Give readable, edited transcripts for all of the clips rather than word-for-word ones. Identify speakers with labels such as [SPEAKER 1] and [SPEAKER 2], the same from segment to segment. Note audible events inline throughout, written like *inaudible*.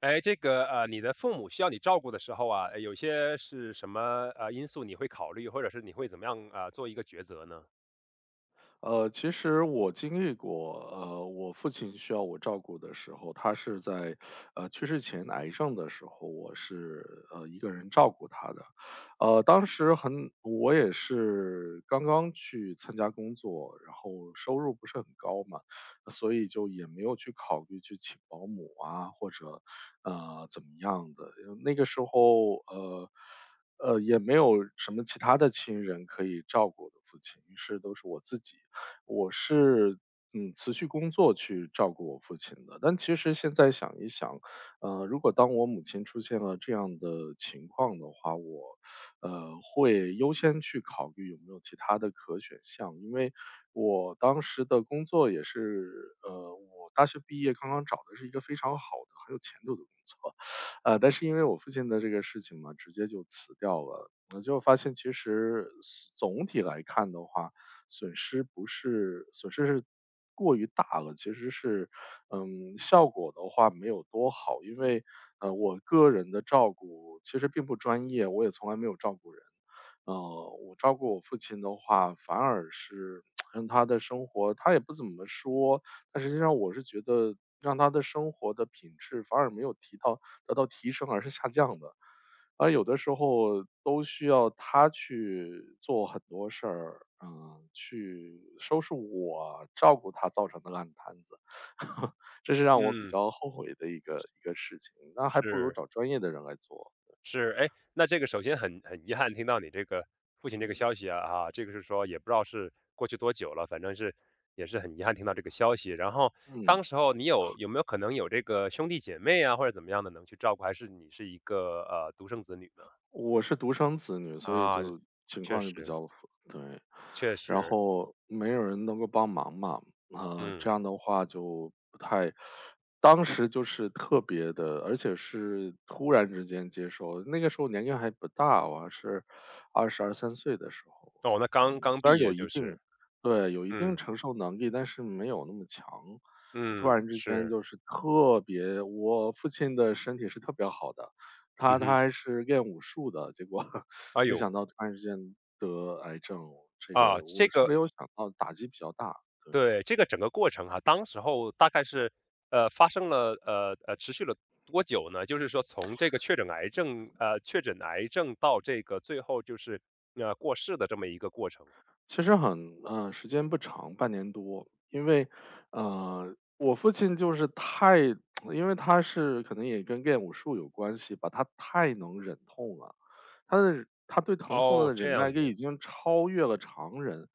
[SPEAKER 1] 哎，这个你的父母需要你照顾的时候啊，有些是什么因素你会考虑，或者是你会怎么样啊、做一个抉择呢？
[SPEAKER 2] 其实我经历过，我父亲需要我照顾的时候，他是在去世前癌症的时候，我是一个人照顾他的。当时我也是刚刚去参加工作，然后收入不是很高嘛，所以就也没有去考虑去请保姆啊，或者怎么样的，那个时候。也没有什么其他的亲人可以照顾我的父亲，于是都是我自己。我是辞去工作去照顾我父亲的。但其实现在想一想，如果当我母亲出现了这样的情况的话，我会优先去考虑有没有其他的可选项，因为我当时的工作也是我大学毕业刚刚找的是一个非常好的很有前途的工作。但是因为我父亲的这个事情嘛，直接就辞掉了。我就发现，其实总体来看的话，损失不是损失是过于大了，其实是，效果的话没有多好。因为，我个人的照顾其实并不专业，我也从来没有照顾人。呃，我照顾我父亲的话，反而是让他的生活他也不怎么说，但实际上我是觉得让他的生活的品质反而没有得到提升，而是下降的。而有的时候都需要他去做很多事儿，去收拾我照顾他造成的烂摊子。*laughs* 这是让我比
[SPEAKER 1] 嗯，
[SPEAKER 2] 较后悔的一个事情，那还不如
[SPEAKER 1] 是
[SPEAKER 2] 找专业的人来做。
[SPEAKER 1] 是，哎，那这个首先很遗憾听到你这个父亲这个
[SPEAKER 2] 嗯
[SPEAKER 1] 消息啊，这个是说也不知道是过去多久了，反正是也是很遗憾听到这个消息。然后
[SPEAKER 2] 嗯。
[SPEAKER 1] 当时候你有没有可能有这个兄弟姐妹啊或者怎么样的能去照顾，还是你是一个独生子女呢？
[SPEAKER 2] 我是独生子女，所以
[SPEAKER 1] 啊，
[SPEAKER 2] 情
[SPEAKER 1] 确
[SPEAKER 2] 况就比
[SPEAKER 1] 实
[SPEAKER 2] 较复对，
[SPEAKER 1] 确
[SPEAKER 2] 然
[SPEAKER 1] 实，
[SPEAKER 2] 后没有人能够帮忙嘛。
[SPEAKER 1] 嗯。
[SPEAKER 2] 这样的话就不太当时就是特别的，而且是突然之间接受，那个时候年龄还不大，我还是二十二三岁的时候。
[SPEAKER 1] 哦，那刚刚
[SPEAKER 2] 虽
[SPEAKER 1] 毕
[SPEAKER 2] 然有
[SPEAKER 1] 业
[SPEAKER 2] 一
[SPEAKER 1] 就
[SPEAKER 2] 定，
[SPEAKER 1] 是，
[SPEAKER 2] 对，有一定
[SPEAKER 1] 嗯，
[SPEAKER 2] 承受能力，但是没有那么强。突
[SPEAKER 1] 嗯，
[SPEAKER 2] 然之间
[SPEAKER 1] 是，
[SPEAKER 2] 就是特别我父亲的身体是特别好的，
[SPEAKER 1] 嗯
[SPEAKER 2] 他
[SPEAKER 1] 哼，
[SPEAKER 2] 还是练武术的，结果 *laughs*
[SPEAKER 1] 哎
[SPEAKER 2] 没
[SPEAKER 1] 呦，
[SPEAKER 2] 想到突然之间得癌症，这
[SPEAKER 1] 啊，
[SPEAKER 2] 个
[SPEAKER 1] 这
[SPEAKER 2] 我是
[SPEAKER 1] 个
[SPEAKER 2] 没有想到，打击比较大。对。
[SPEAKER 1] 对，这个整个过程哈，当时候大概是，发生了，持续了多久呢？就是说从这个确诊癌症到这个最后就是，过世的这么一个过程。
[SPEAKER 2] 其实时间不长，半年多。因为，我父亲就是太因为他是可能也跟练武术有关系吧，他太能忍痛了。他对疼痛
[SPEAKER 1] 哦，
[SPEAKER 2] 的
[SPEAKER 1] 这
[SPEAKER 2] 忍耐
[SPEAKER 1] 样子，
[SPEAKER 2] 力已经超越了常人，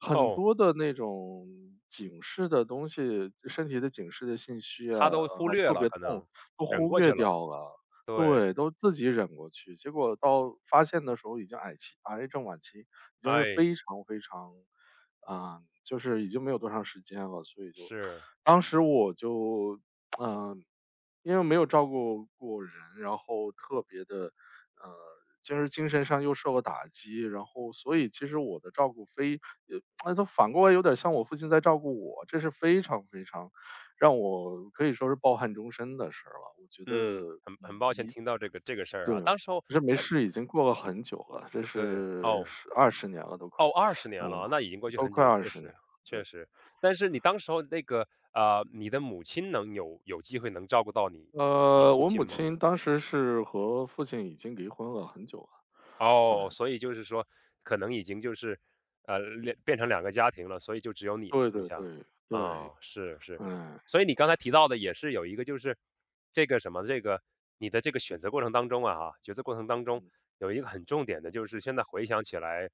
[SPEAKER 2] 很
[SPEAKER 1] 哦，
[SPEAKER 2] 多的那种警示的东西，身体的警示的信息啊，
[SPEAKER 1] 他都
[SPEAKER 2] 然
[SPEAKER 1] 忽
[SPEAKER 2] 后
[SPEAKER 1] 略
[SPEAKER 2] 特
[SPEAKER 1] 了，
[SPEAKER 2] 别
[SPEAKER 1] 可
[SPEAKER 2] 痛
[SPEAKER 1] 能
[SPEAKER 2] 都
[SPEAKER 1] 忍
[SPEAKER 2] 忽
[SPEAKER 1] 过去
[SPEAKER 2] 略
[SPEAKER 1] 了，
[SPEAKER 2] 掉了。
[SPEAKER 1] 对，
[SPEAKER 2] 对，都自己忍过去，结果到发现的时候已经癌症晚期。已经是
[SPEAKER 1] 哎，
[SPEAKER 2] 非常非常，就是已经没有多长时间了，所以就
[SPEAKER 1] 是，
[SPEAKER 2] 当时我就，嗯、因为没有照顾过人，然后特别的，呃，就是精神上又受了打击，然后所以其实我的照顾非，那都反过来有点像我父亲在照顾我，这是非常非常让我可以说是抱憾终身的事儿了。我觉得，
[SPEAKER 1] 嗯，很很抱歉
[SPEAKER 2] 一
[SPEAKER 1] 听到这个事儿
[SPEAKER 2] 对，
[SPEAKER 1] 啊，当时候
[SPEAKER 2] 这没事已经过了很久了，这
[SPEAKER 1] 对，
[SPEAKER 2] 是
[SPEAKER 1] 哦。
[SPEAKER 2] 二十年了都快。
[SPEAKER 1] 哦二十
[SPEAKER 2] 嗯，
[SPEAKER 1] 年了，那已经过去
[SPEAKER 2] 都
[SPEAKER 1] 很
[SPEAKER 2] 快
[SPEAKER 1] 久，
[SPEAKER 2] 二
[SPEAKER 1] 确
[SPEAKER 2] 十年了。
[SPEAKER 1] 实
[SPEAKER 2] 对。
[SPEAKER 1] 确实。但是你当时候你的母亲能有机会能照顾到你父
[SPEAKER 2] 我
[SPEAKER 1] 亲
[SPEAKER 2] 母
[SPEAKER 1] 吗？
[SPEAKER 2] 亲当时是和父亲已经离婚了很久了。对。
[SPEAKER 1] 哦，所以就是说，可能已经就是，变成两个家庭了，所以就只有你了，
[SPEAKER 2] 对
[SPEAKER 1] 剩
[SPEAKER 2] 对
[SPEAKER 1] 下。
[SPEAKER 2] 对对。
[SPEAKER 1] 啊，是是。
[SPEAKER 2] 哎。
[SPEAKER 1] 所以你刚才提到的也是有一个就是这个什么，这个你的这个选择过程当中啊哈，抉择过程当中
[SPEAKER 2] 嗯
[SPEAKER 1] 有一个很重点的就是现在回想起来，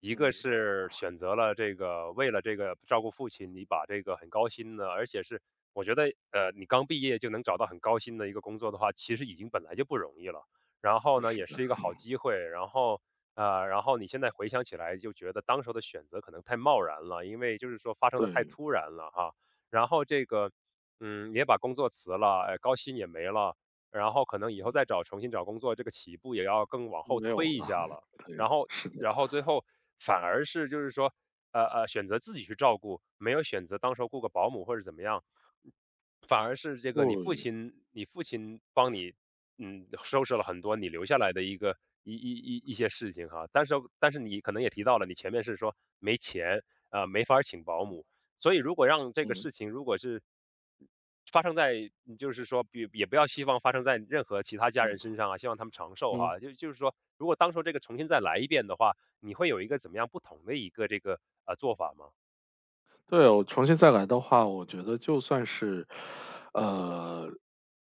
[SPEAKER 1] 一个
[SPEAKER 2] 嗯。
[SPEAKER 1] 是选择了这个为了这个照顾父亲，你把这个很高薪的，而且是我觉得，你刚毕业就能找到很高薪的一个工作的话，其实已经本来就不容易了。然后
[SPEAKER 2] 还
[SPEAKER 1] 呢，
[SPEAKER 2] 是
[SPEAKER 1] 也是一个好机会，然后然后你现在回想起来就觉得当时的选择可能太贸然了，因为就是说发生的太
[SPEAKER 2] 对。
[SPEAKER 1] 突然了哈。然后也把工作辞了，哎，高薪也没了，然后可能以后
[SPEAKER 2] 嗯。
[SPEAKER 1] 重新找工作，这个起步也要更往后
[SPEAKER 2] 没有
[SPEAKER 1] 推一
[SPEAKER 2] 了。
[SPEAKER 1] 下了。
[SPEAKER 2] 对，
[SPEAKER 1] 然后，
[SPEAKER 2] 是的。
[SPEAKER 1] 最后反而是就是说，选择自己去照顾，没有选择当时候雇个保姆或者怎么样，反而是这个你父
[SPEAKER 2] 对。
[SPEAKER 1] 亲，你父亲帮你，收拾了很多你留下来的一个一些事情哈，但是你可能也提到了，你前面是说没钱，没法儿请保姆，所以如果让这个
[SPEAKER 2] 嗯
[SPEAKER 1] 事情如果是发生在，就是说比也不要希望发生在任何其他家人
[SPEAKER 2] 嗯
[SPEAKER 1] 身上啊，希望他们长寿
[SPEAKER 2] 嗯。
[SPEAKER 1] 哈，就是说，如果当初这个重新再来一遍的话，你会有一个怎么样不同的一个这个做法吗？
[SPEAKER 2] 对，我重新再来的话，我觉得就算是，呃，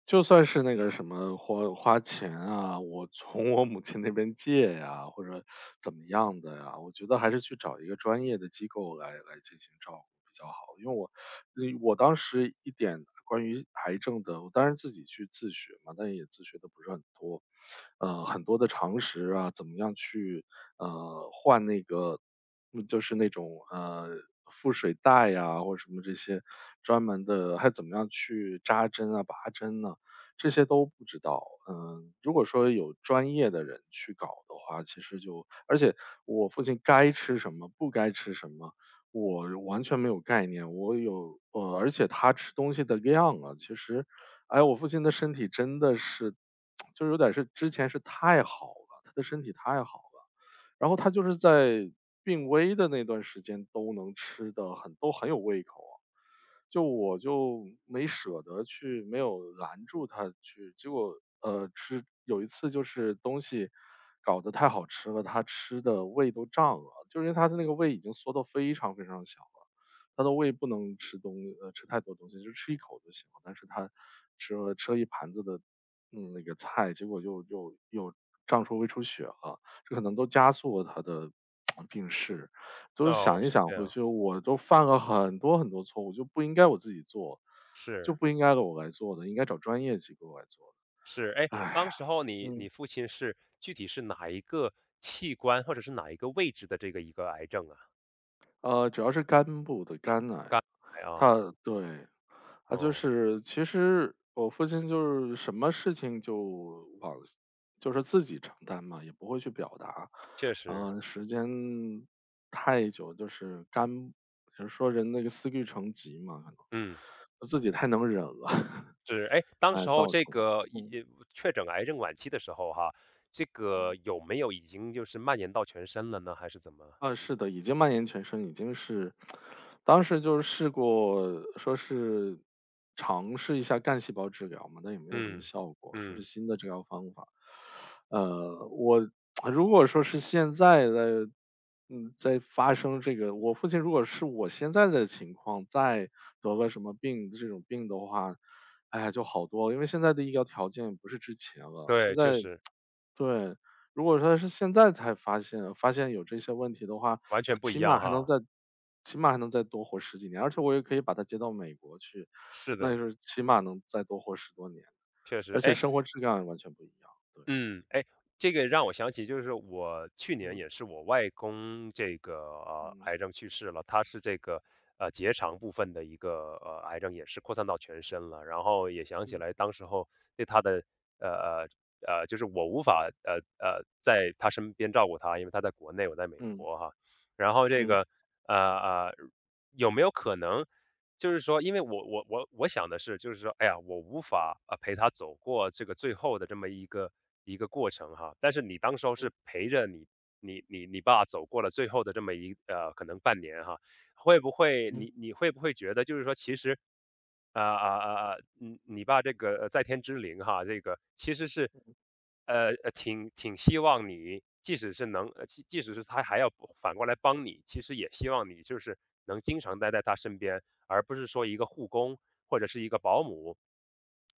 [SPEAKER 2] 就算是那个什么花钱啊，我从我母亲那边借呀，或者怎么样的呀，我觉得还是去找一个专业的机构来进行照顾比较好。因为我，我当时一点关于癌症的，我当然自己去自学嘛，但也自学的不是很多，很多的常识啊，怎么样去换那个就是那种腹水袋呀、或者什么这些专门的，还怎么样去扎针啊、拔针呢、这些都不知道。如果说有专业的人去搞的话，其实而且我父亲该吃什么，不该吃什么，我完全没有概念。而且他吃东西的量啊，其实，哎，我父亲的身体真的是，*tsk* 就是有点之前是太好了，他的身体太好了。然后他就是在病危的那段时间都能吃的都很有胃口啊。就我就没舍得去，没有拦住他去，结果有一次就是东西搞得太好吃了，他吃的胃都胀了，就是因为他的那个胃已经缩得非常非常小了，他的胃不能吃太多东西，就吃一口就行了，但是他吃了一盘子的那个菜，结果又胃出血了，这可能都加速了他的病逝。就是
[SPEAKER 1] 哦，
[SPEAKER 2] 想一
[SPEAKER 1] 是
[SPEAKER 2] 想
[SPEAKER 1] 这
[SPEAKER 2] 回
[SPEAKER 1] 样，
[SPEAKER 2] 去，我都犯了很多很多错误，就不应该我自己做，
[SPEAKER 1] 是。
[SPEAKER 2] 就不应该我来做的，应该找专业机构来做的。
[SPEAKER 1] 是，哎，当
[SPEAKER 2] 唉。
[SPEAKER 1] 时候你
[SPEAKER 2] 嗯，
[SPEAKER 1] 你父亲是具体是哪一个器官或者是哪一个位置的这个一个癌症啊？
[SPEAKER 2] 主要是肝部的肝癌。
[SPEAKER 1] 肝癌啊，
[SPEAKER 2] 它对。啊，就
[SPEAKER 1] 哦，
[SPEAKER 2] 是其实我父亲就是什么事情往就是自己承担嘛，也不会去表达。
[SPEAKER 1] 确实，
[SPEAKER 2] 时间太久就是就是说人那个思虑成疾嘛，可
[SPEAKER 1] 嗯，
[SPEAKER 2] 能自己太能忍了，*laughs*
[SPEAKER 1] 是，哎，当
[SPEAKER 2] 哎，
[SPEAKER 1] 时候
[SPEAKER 2] 造成
[SPEAKER 1] 这
[SPEAKER 2] 的
[SPEAKER 1] 个一确诊癌症晚期的时候哈，这个
[SPEAKER 2] 嗯。
[SPEAKER 1] 有没有已经就是蔓延到全身了呢？还是怎么？
[SPEAKER 2] 啊，是的，已经蔓延全身。已经是当时就是试过说是尝试一下干细胞治疗嘛，但也没有什么
[SPEAKER 1] 嗯
[SPEAKER 2] 效果，说是
[SPEAKER 1] 嗯，
[SPEAKER 2] 新的治疗方法。呃，我 *tsk* 如果说是现在的，在发生这个，我父亲如果是我现在的情况，再得个什么病，这种病的话，哎呀，就好多了，因为现在的医疗条件不是之前了，现
[SPEAKER 1] 对，确
[SPEAKER 2] 在，
[SPEAKER 1] 实
[SPEAKER 2] 对，如果说是现在才发现有这些问题的话，
[SPEAKER 1] 完全不一
[SPEAKER 2] 起码
[SPEAKER 1] 样
[SPEAKER 2] 还能
[SPEAKER 1] 哈，
[SPEAKER 2] 再起码还能再多活10几年，而且我也可以把他接到美国去，
[SPEAKER 1] 是
[SPEAKER 2] 那
[SPEAKER 1] 的，
[SPEAKER 2] 就是起码能再多活10多年，
[SPEAKER 1] 确实，
[SPEAKER 2] 而且
[SPEAKER 1] 哎。
[SPEAKER 2] 生活质量也完全不一样。对。
[SPEAKER 1] 嗯，哎，这个让我想起，就是我去年也
[SPEAKER 2] 嗯
[SPEAKER 1] 是我外公这个
[SPEAKER 2] 嗯
[SPEAKER 1] 癌症去世了，他是这个结肠部分的一个癌症，也是扩散到全身了。然后也想起
[SPEAKER 2] 嗯。
[SPEAKER 1] 来当时候对他的呃就是我无法在他身边照顾他，因为他在国内，我在美
[SPEAKER 2] 嗯。
[SPEAKER 1] 国哈。然后
[SPEAKER 2] 嗯。
[SPEAKER 1] 呃呃，有没有可能？就是说，因为我想的是，就是说，哎呀，我无法啊陪他走过这个最后的这么一个过程哈。但是你当时候
[SPEAKER 2] 嗯。
[SPEAKER 1] 是陪着你爸走过了最后的这么可能半年哈，会不会
[SPEAKER 2] 嗯。
[SPEAKER 1] 你会不会觉得就是说，其实你爸这个在天之灵哈，这个其实是挺希望你，即使是能，即使是他还要反过来帮你，其实也希望你就是能经常待在他身边。而不是说一个护工或者是一个保姆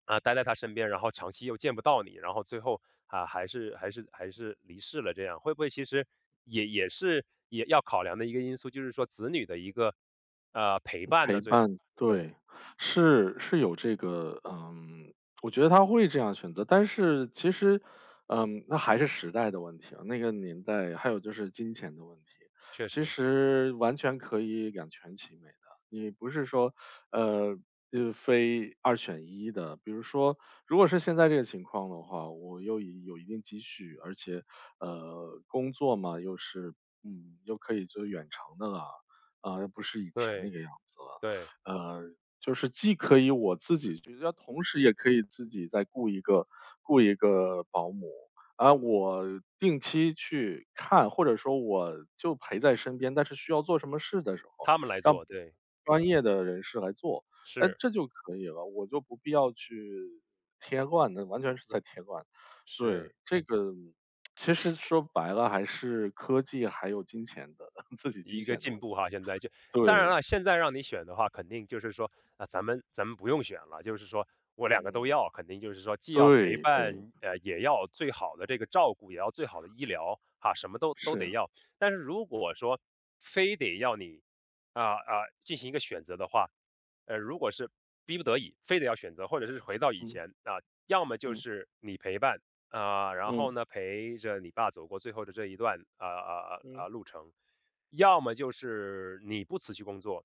[SPEAKER 1] 啊，待在他身边，然后长期又见不到你，然后最后啊还是离世了，这样会不会其实也是要考量的一个因素，就是说子女的一个陪伴
[SPEAKER 2] 陪
[SPEAKER 1] 呢？最后
[SPEAKER 2] 伴，
[SPEAKER 1] 对，
[SPEAKER 2] 对，是有这个，我觉得他会这样选择，但是其实，那还是时代的问题啊，那个年代，还有就是金钱的问题。
[SPEAKER 1] 确
[SPEAKER 2] 其
[SPEAKER 1] 实
[SPEAKER 2] 实完全可以两全其美的，你不是说，呃，就是非二选一的。比如说，如果是现在这个情况的话，我有一定积蓄，而且，工作嘛，又是，又可以做远程的了，啊，不是以前那
[SPEAKER 1] 对
[SPEAKER 2] 个样子了。
[SPEAKER 1] 对，
[SPEAKER 2] 呃，就是既可以我自己去，同时也可以自己再雇一个保姆。啊，我定期去看，或者说我就陪在身边，但是需要做什么事的时候，
[SPEAKER 1] 他们来
[SPEAKER 2] 让
[SPEAKER 1] 做，对，
[SPEAKER 2] 专业的人士来做，哎，
[SPEAKER 1] 是
[SPEAKER 2] 这就可以了，我就不必要去添乱的，那完全是在添乱。
[SPEAKER 1] 是。
[SPEAKER 2] 对，这个其实说白了还是科技还有金钱的，*laughs* 自己金
[SPEAKER 1] 一个
[SPEAKER 2] 钱的
[SPEAKER 1] 进
[SPEAKER 2] 问题。
[SPEAKER 1] 步哈，现在就当然
[SPEAKER 2] 对。
[SPEAKER 1] 了，现在让你选的话，肯定就是说啊，咱们不用选了，就是说我两个都
[SPEAKER 2] 嗯，
[SPEAKER 1] 要，肯定就是说既要陪
[SPEAKER 2] 对对。
[SPEAKER 1] 伴，也要最好的这个照顾，也要最好的医疗哈，什么都得
[SPEAKER 2] 是。
[SPEAKER 1] 要。但是如果说非得要你啊进行一个选择的话，如果是逼不得已，非得要选择，或者是回到以
[SPEAKER 2] 嗯
[SPEAKER 1] 前啊，要么就
[SPEAKER 2] 嗯
[SPEAKER 1] 是你陪伴。啊、然后
[SPEAKER 2] 嗯
[SPEAKER 1] 呢，陪着你爸走过最后的这一段啊啊啊
[SPEAKER 2] 嗯
[SPEAKER 1] 啊路程，要么就是你不辞去工作，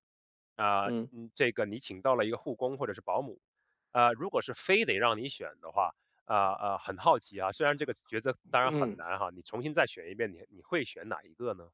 [SPEAKER 1] 啊、
[SPEAKER 2] 嗯
[SPEAKER 1] 这个你请到了一个护工或者是保姆，啊、如果是非得让你选的话，很好奇啊，虽然这个抉择当然很
[SPEAKER 2] 嗯。
[SPEAKER 1] 难哈，你重新再选一遍，你会选哪一个呢？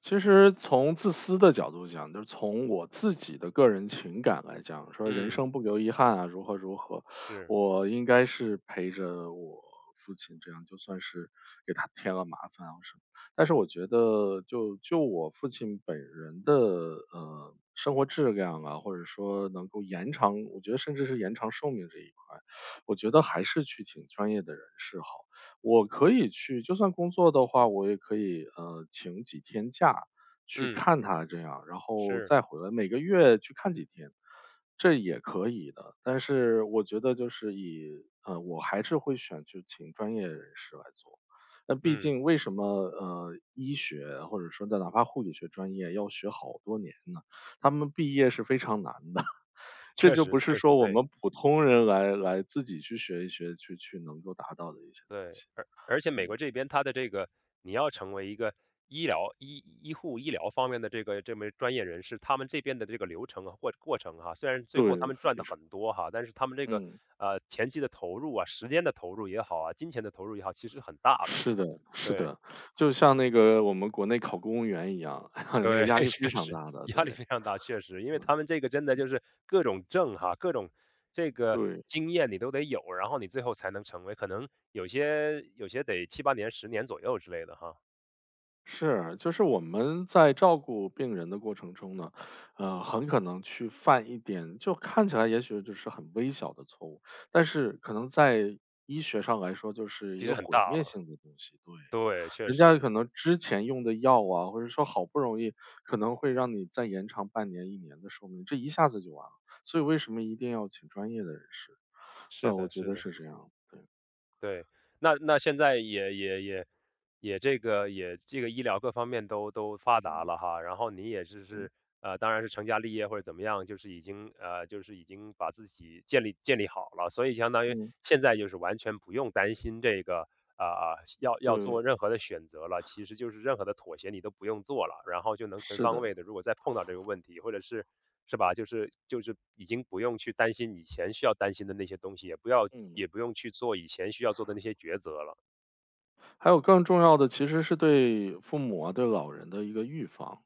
[SPEAKER 2] 其实从自私的角度讲，就是从我自己的个人情感来讲，说人
[SPEAKER 1] 嗯，
[SPEAKER 2] 生不留遗憾啊，如何如何，
[SPEAKER 1] 是，
[SPEAKER 2] 我应该是陪着我父亲，这样就算是给他添了麻烦啊什么。但是我觉得我父亲本人的生活质量啊，或者说能够延长，我觉得甚至是延长寿命这一块，我觉得还是去请专业的人士好。我可以就算工作的话，我也可以，请几天假去
[SPEAKER 1] 嗯，
[SPEAKER 2] 看他这样，然后
[SPEAKER 1] 是，
[SPEAKER 2] 再回来，每个月去看几天，这也可以的。但是我觉得就是以呃，我还是会选去请专业人士来做。那毕
[SPEAKER 1] 嗯，
[SPEAKER 2] 竟为什么，医学或者说哪怕护理学专业要学好多年呢？他们毕业是非常难的。*laughs* 这
[SPEAKER 1] 确
[SPEAKER 2] 就
[SPEAKER 1] 实
[SPEAKER 2] 不是
[SPEAKER 1] 确
[SPEAKER 2] 说
[SPEAKER 1] 实
[SPEAKER 2] 我
[SPEAKER 1] 对。
[SPEAKER 2] 们普通人来自己去学一学，去能够达到的一些东
[SPEAKER 1] 对，
[SPEAKER 2] 西。
[SPEAKER 1] 而且美国
[SPEAKER 2] 嗯。
[SPEAKER 1] 这边它的这个，你要成为一个医疗医医护医疗方面的这个这么专业人士，他们这边的这个流程啊或过程哈、虽然最后他
[SPEAKER 2] 对，
[SPEAKER 1] 们赚
[SPEAKER 2] 非
[SPEAKER 1] 的
[SPEAKER 2] 常
[SPEAKER 1] 很多哈、但是他们这个
[SPEAKER 2] 嗯。
[SPEAKER 1] 前期的投入啊、时间的投入也好啊、金钱的投入也好，其实很大的。
[SPEAKER 2] 是的，是
[SPEAKER 1] 对
[SPEAKER 2] 的。就像那个我们国内考公务员一样，*laughs* 那个
[SPEAKER 1] 对，
[SPEAKER 2] 压
[SPEAKER 1] *laughs* 确
[SPEAKER 2] 力非常
[SPEAKER 1] 实
[SPEAKER 2] 大的。
[SPEAKER 1] 压力
[SPEAKER 2] 对。
[SPEAKER 1] 非常大，确实，因为
[SPEAKER 2] 嗯，
[SPEAKER 1] 他们这个真的就是各种证哈、各种这个
[SPEAKER 2] 对。
[SPEAKER 1] 经验你都得有，然后你最后才能成为，可能有些得七八年、十年左右之类的哈。
[SPEAKER 2] 是，就是我们在照顾病人的过程中呢，很可能去犯一点，就看起来也许就是很微小的错误，但是可能在医学上来说就是一
[SPEAKER 1] 其
[SPEAKER 2] 个
[SPEAKER 1] 实很
[SPEAKER 2] 毁
[SPEAKER 1] 大
[SPEAKER 2] 灭
[SPEAKER 1] 了，
[SPEAKER 2] 性的东西。对，
[SPEAKER 1] 对，确
[SPEAKER 2] 人家
[SPEAKER 1] 实，
[SPEAKER 2] 可能之前用的药啊，或者说好不容易可能会让你再延长半年、一年的寿命，这一下子就完了。所以为什么一定要请专业的人士？
[SPEAKER 1] 是
[SPEAKER 2] 我
[SPEAKER 1] 的，
[SPEAKER 2] 觉
[SPEAKER 1] 是
[SPEAKER 2] 得是
[SPEAKER 1] 的，
[SPEAKER 2] 这样。
[SPEAKER 1] 对。那现在也也也也这个也这个医疗各方面都发达
[SPEAKER 2] 嗯。
[SPEAKER 1] 了哈，然后你也是
[SPEAKER 2] 嗯。
[SPEAKER 1] 是当然是成家立业或者怎么样，就是已经把自己建立建立好了，所以相当于
[SPEAKER 2] 嗯。
[SPEAKER 1] 现在就是完全不用担心要
[SPEAKER 2] 对，
[SPEAKER 1] 做任何的选择了，其实就是任何的妥协你都不用做了，然后就能全
[SPEAKER 2] 是
[SPEAKER 1] 方
[SPEAKER 2] 的。
[SPEAKER 1] 位的，如果再碰到这个问题，或者是是吧，就是已经不用去担心以前需要担心的那些东西，
[SPEAKER 2] 嗯。
[SPEAKER 1] 也不用去做以前需要做的那些抉择了。
[SPEAKER 2] 还有更重要的其实是对父母啊、对老人的一个预防。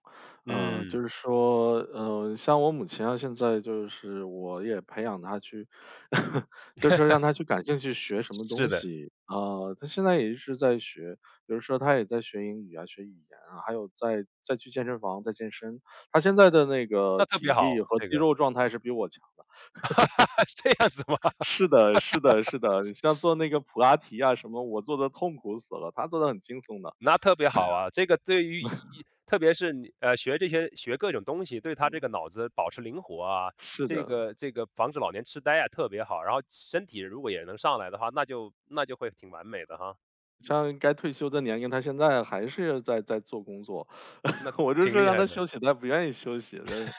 [SPEAKER 2] 就
[SPEAKER 1] 嗯，
[SPEAKER 2] 是说，像我母亲啊，现在就是我也培养她去，*laughs* 就是说让她去感兴趣学什么东
[SPEAKER 1] 是的，
[SPEAKER 2] 西啊、她现在也一直在学，比如说她也在学英语啊、学语言啊，还有再去健身房在健身。她现在的那个
[SPEAKER 1] 那特别
[SPEAKER 2] 体
[SPEAKER 1] 好，
[SPEAKER 2] 力和
[SPEAKER 1] 这
[SPEAKER 2] 肌
[SPEAKER 1] 个
[SPEAKER 2] 肉状态是比我强。
[SPEAKER 1] *laughs*，这样子吗？
[SPEAKER 2] *laughs* 是的，是的，是的，你像做那个普拉提啊什么，我做的痛苦死了，她做的很轻松的。
[SPEAKER 1] 那特别好啊，这个对于一特别是你学这些学各种东西，对他这个
[SPEAKER 2] 嗯。
[SPEAKER 1] 脑子保持灵活啊，
[SPEAKER 2] 是
[SPEAKER 1] 这
[SPEAKER 2] 的，
[SPEAKER 1] 个这个防止老年痴呆啊，特别好。然后身体如果也能上来的话，那就会挺完美的哈，
[SPEAKER 2] 像该退休的年龄，他现在还是在做工作，
[SPEAKER 1] 那
[SPEAKER 2] *laughs* 我就
[SPEAKER 1] 挺
[SPEAKER 2] 说
[SPEAKER 1] 厉
[SPEAKER 2] 让
[SPEAKER 1] 害
[SPEAKER 2] 他
[SPEAKER 1] 的，
[SPEAKER 2] 休息，他不愿意休息，就是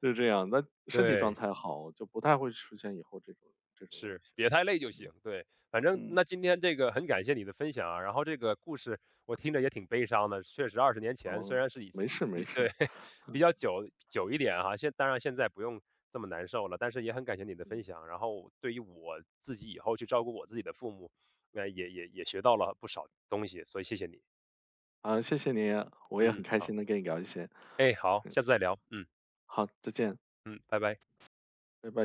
[SPEAKER 2] 就是这样。那身体状
[SPEAKER 1] 对。
[SPEAKER 2] 态好，就不太会出现以后这种问
[SPEAKER 1] 是，
[SPEAKER 2] 题。
[SPEAKER 1] 别太累就行。对，反正
[SPEAKER 2] 嗯。
[SPEAKER 1] 那今天这个很感谢你的分享啊，然后这个故事我听着也挺悲伤的，确实二十年前虽
[SPEAKER 2] 哦，
[SPEAKER 1] 然是以
[SPEAKER 2] 没事没
[SPEAKER 1] 以对
[SPEAKER 2] 事。
[SPEAKER 1] *laughs*，比较久一点哈，现当然现在不用这么难受了，但是也很感谢你的分
[SPEAKER 2] 嗯。
[SPEAKER 1] 享，然后对于我自己以后去照顾我自己的父母，那也学到了不少东西，所以谢谢你。
[SPEAKER 2] 啊，谢谢你，我也很
[SPEAKER 1] 嗯，
[SPEAKER 2] 开
[SPEAKER 1] 好，
[SPEAKER 2] 心能跟你聊一些。
[SPEAKER 1] 哎，好，下次再聊。嗯
[SPEAKER 2] 好，再见，
[SPEAKER 1] 嗯，拜拜。
[SPEAKER 2] 拜拜。